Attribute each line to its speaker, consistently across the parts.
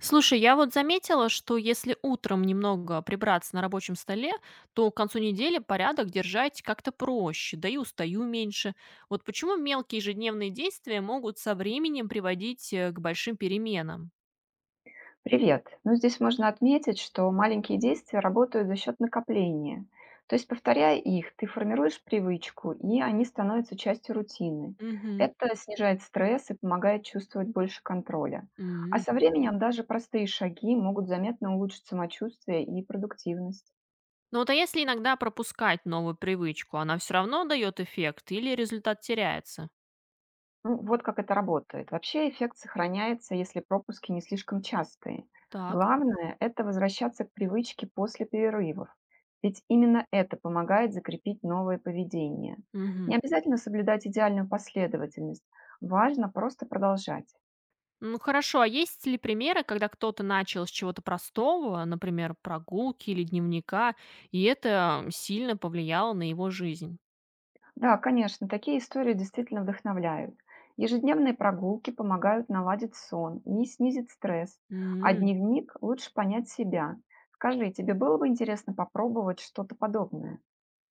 Speaker 1: Слушай, я вот заметила, что если утром немного прибраться на рабочем столе, то к концу недели порядок держать как-то проще, да и устаю меньше. Вот почему мелкие ежедневные действия могут со временем приводить к большим переменам?
Speaker 2: Привет. Ну, здесь можно отметить, что маленькие действия работают за счет накопления. То есть, повторяя их, ты формируешь привычку, и они становятся частью рутины.
Speaker 1: Мгм.
Speaker 2: Это снижает стресс и помогает чувствовать больше контроля. А
Speaker 1: М.
Speaker 2: со временем даже простые шаги могут заметно улучшить самочувствие и продуктивность.
Speaker 1: Ну вот а если иногда пропускать новую привычку, она все равно дает эффект или результат теряется?
Speaker 2: Ну, вот как это работает. Вообще эффект сохраняется, если пропуски не слишком частые.
Speaker 1: Так.
Speaker 2: Главное– это возвращаться к привычке после перерывов. Ведь именно это помогает закрепить новое поведение.
Speaker 1: Мгм.
Speaker 2: Не обязательно соблюдать идеальную последовательность. Важно просто продолжать.
Speaker 1: Ну хорошо, а есть ли примеры, когда кто-то начал с чего-то простого, например, прогулки или дневника, и это сильно повлияло на его жизнь?
Speaker 2: Да, конечно, такие истории действительно вдохновляют. Ежедневные прогулки помогают наладить сон и снизить стресс. А
Speaker 1: М.
Speaker 2: дневник– лучше понять себя. Скажи, тебе было бы интересно попробовать что-то подобное?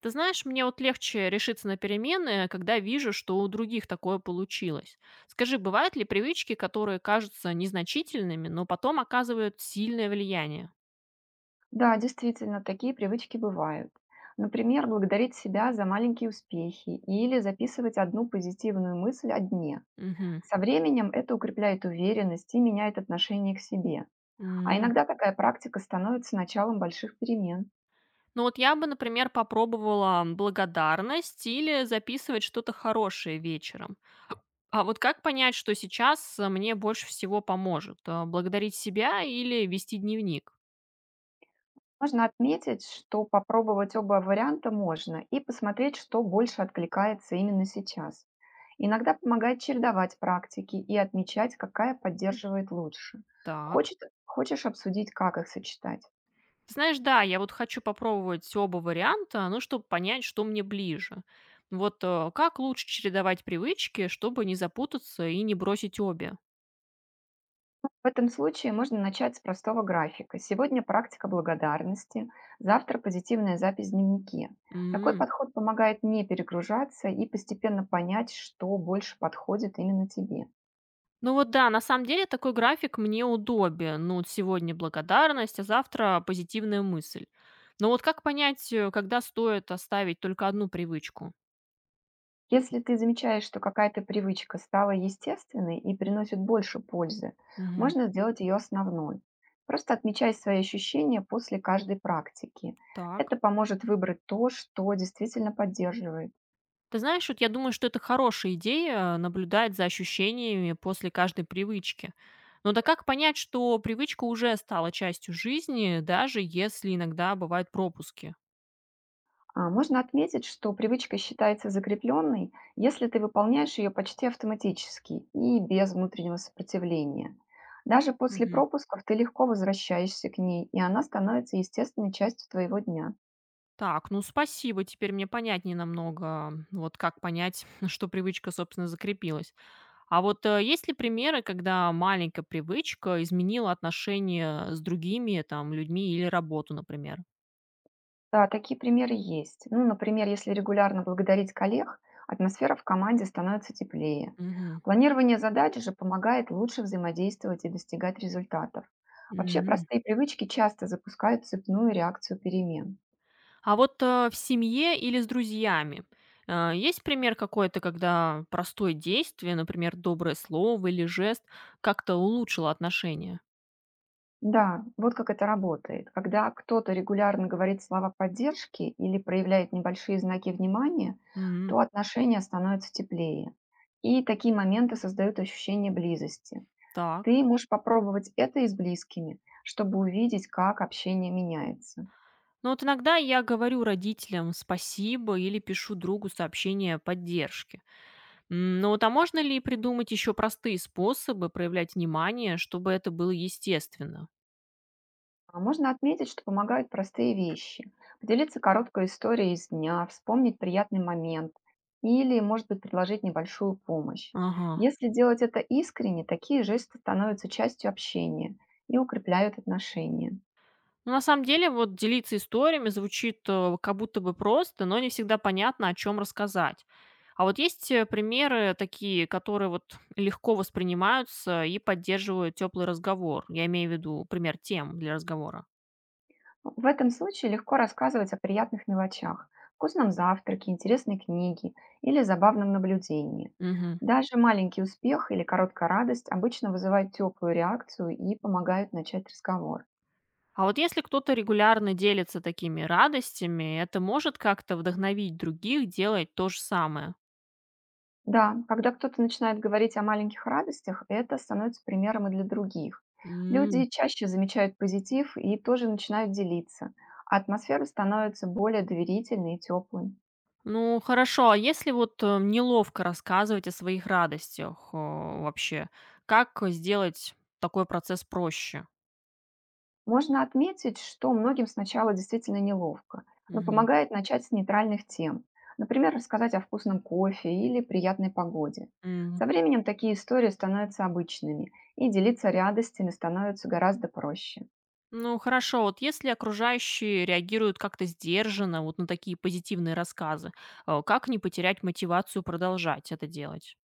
Speaker 1: Ты знаешь, мне вот легче решиться на перемены, когда вижу, что у других такое получилось. Скажи, бывают ли привычки, которые кажутся незначительными, но потом оказывают сильное влияние?
Speaker 2: Да, действительно, такие привычки бывают. Например, благодарить себя за маленькие успехи или записывать одну позитивную мысль о дне.
Speaker 1: Мгм.
Speaker 2: Со временем это укрепляет уверенность и меняет отношение к себе. А
Speaker 1: М.
Speaker 2: иногда такая практика становится началом больших перемен.
Speaker 1: Ну вот я бы, например, попробовала благодарность или записывать что-то хорошее вечером. А вот как понять, что сейчас мне больше всего поможет? Благодарить себя или вести дневник?
Speaker 2: Можно отметить, что попробовать оба варианта можно и посмотреть, что больше откликается именно сейчас. Иногда помогает чередовать практики и отмечать, какая поддерживает лучше.
Speaker 1: Так.
Speaker 2: Хочешь обсудить, как их сочетать?
Speaker 1: Знаешь, да, я вот хочу попробовать оба варианта, ну, чтобы понять, что мне ближе. Вот как лучше чередовать привычки, чтобы не запутаться и не бросить обе?
Speaker 2: В этом случае можно начать с простого графика. Сегодня практика благодарности, завтра позитивная запись в дневнике. Такой
Speaker 1: М.
Speaker 2: подход помогает не перегружаться и постепенно понять, что больше подходит именно тебе.
Speaker 1: Ну вот да, на самом деле такой график мне удобен. Ну вот сегодня благодарность, а завтра позитивная мысль. Но вот как понять, когда стоит оставить только одну привычку?
Speaker 2: Если ты замечаешь, что какая-то привычка стала естественной и приносит больше пользы,
Speaker 1: Мгм.
Speaker 2: можно сделать ее основной. Просто отмечай свои ощущения после каждой практики. Это
Speaker 1: Так.
Speaker 2: поможет выбрать то, что действительно поддерживает.
Speaker 1: Ты знаешь, вот я думаю, что это хорошая идея наблюдать за ощущениями после каждой привычки. Но да как понять, что привычка уже стала частью жизни, даже если иногда бывают пропуски?
Speaker 2: Можно отметить, что привычка считается закрепленной, если ты выполняешь ее почти автоматически и без внутреннего сопротивления. Даже после
Speaker 1: Мгм.
Speaker 2: пропусков ты легко возвращаешься к ней, и она становится естественной частью твоего дня.
Speaker 1: Так, ну спасибо, теперь мне понятнее намного, вот как понять, что привычка, собственно, закрепилась. А вот есть ли примеры, когда маленькая привычка изменила отношения с другими, там, людьми или работу, например?
Speaker 2: Да, такие примеры есть. Ну, например, если регулярно благодарить коллег, атмосфера в команде становится теплее.
Speaker 1: Мгм.
Speaker 2: Планирование задач же помогает лучше взаимодействовать и достигать результатов. Вообще
Speaker 1: Мгм.
Speaker 2: простые привычки часто запускают цепную реакцию перемен.
Speaker 1: А вот, в семье или с друзьями, есть пример какой-то, когда простое действие, например, доброе слово или жест, как-то улучшило отношения?
Speaker 2: Да, вот как это работает. Когда кто-то регулярно говорит слова поддержки или проявляет небольшие знаки внимания,
Speaker 1: М,
Speaker 2: то отношения становятся теплее. И такие моменты создают ощущение близости.
Speaker 1: так.
Speaker 2: Ты можешь попробовать это и с близкими, чтобы увидеть, как общение меняется.
Speaker 1: Ну вот иногда я говорю родителям спасибо или пишу другу сообщение поддержки. М, ну вот а можно ли придумать еще простые способы проявлять внимание, чтобы это было естественно?
Speaker 2: Можно отметить, что помогают простые вещи. Поделиться короткой историей из дня, вспомнить приятный момент или, может быть, предложить небольшую помощь.
Speaker 1: Ага.
Speaker 2: Если делать это искренне, такие жесты становятся частью общения и укрепляют отношения.
Speaker 1: Ну, на самом деле, вот делиться историями звучит как будто бы просто, но не всегда понятно, о чем рассказать. А вот есть примеры такие, которые вот легко воспринимаются и поддерживают теплый разговор. Я имею в виду пример тем для разговора.
Speaker 2: В этом случае легко рассказывать о приятных мелочах, вкусном завтраке, интересной книге или забавном наблюдении.
Speaker 1: Мгм.
Speaker 2: Даже маленький успех или короткая радость обычно вызывают теплую реакцию и помогают начать разговор.
Speaker 1: А вот если кто-то регулярно делится такими радостями, это может как-то вдохновить других делать то же самое.
Speaker 2: Да, когда кто-то начинает говорить о маленьких радостях, это становится примером и для других. Люди чаще замечают позитив и тоже начинают делиться, а атмосфера становится более доверительной и теплой.
Speaker 1: Ну, хорошо, а если вот, неловко рассказывать о своих радостях, вообще, как сделать такой процесс проще?
Speaker 2: Можно отметить, что многим сначала действительно неловко, но
Speaker 1: Мгм.
Speaker 2: помогает начать с нейтральных тем. Например, рассказать о вкусном кофе или приятной погоде.
Speaker 1: М.
Speaker 2: Со временем такие истории становятся обычными, и делиться радостями становится гораздо проще.
Speaker 1: Ну, хорошо, вот если окружающие реагируют как-то сдержанно вот на такие позитивные рассказы, как не потерять мотивацию продолжать это делать?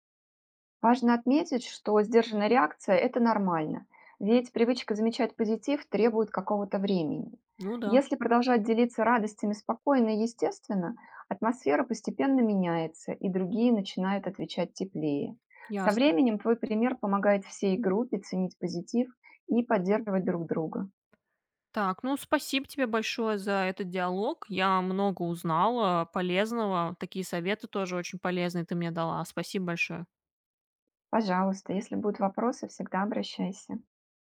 Speaker 2: Важно отметить, что сдержанная реакция– это нормально, ведь привычка замечать позитив требует какого-то времени.
Speaker 1: Ну да,
Speaker 2: Если продолжать делиться радостями спокойно и естественно, атмосфера постепенно меняется, и другие начинают отвечать теплее. Со
Speaker 1: ясно.
Speaker 2: временем твой пример помогает всей группе ценить позитив и поддерживать друг друга.
Speaker 1: Так, ну, спасибо тебе большое за этот диалог. Я много узнала полезного. Такие советы тоже очень полезные ты мне дала. Спасибо большое.
Speaker 2: Пожалуйста, если будут вопросы, всегда обращайся.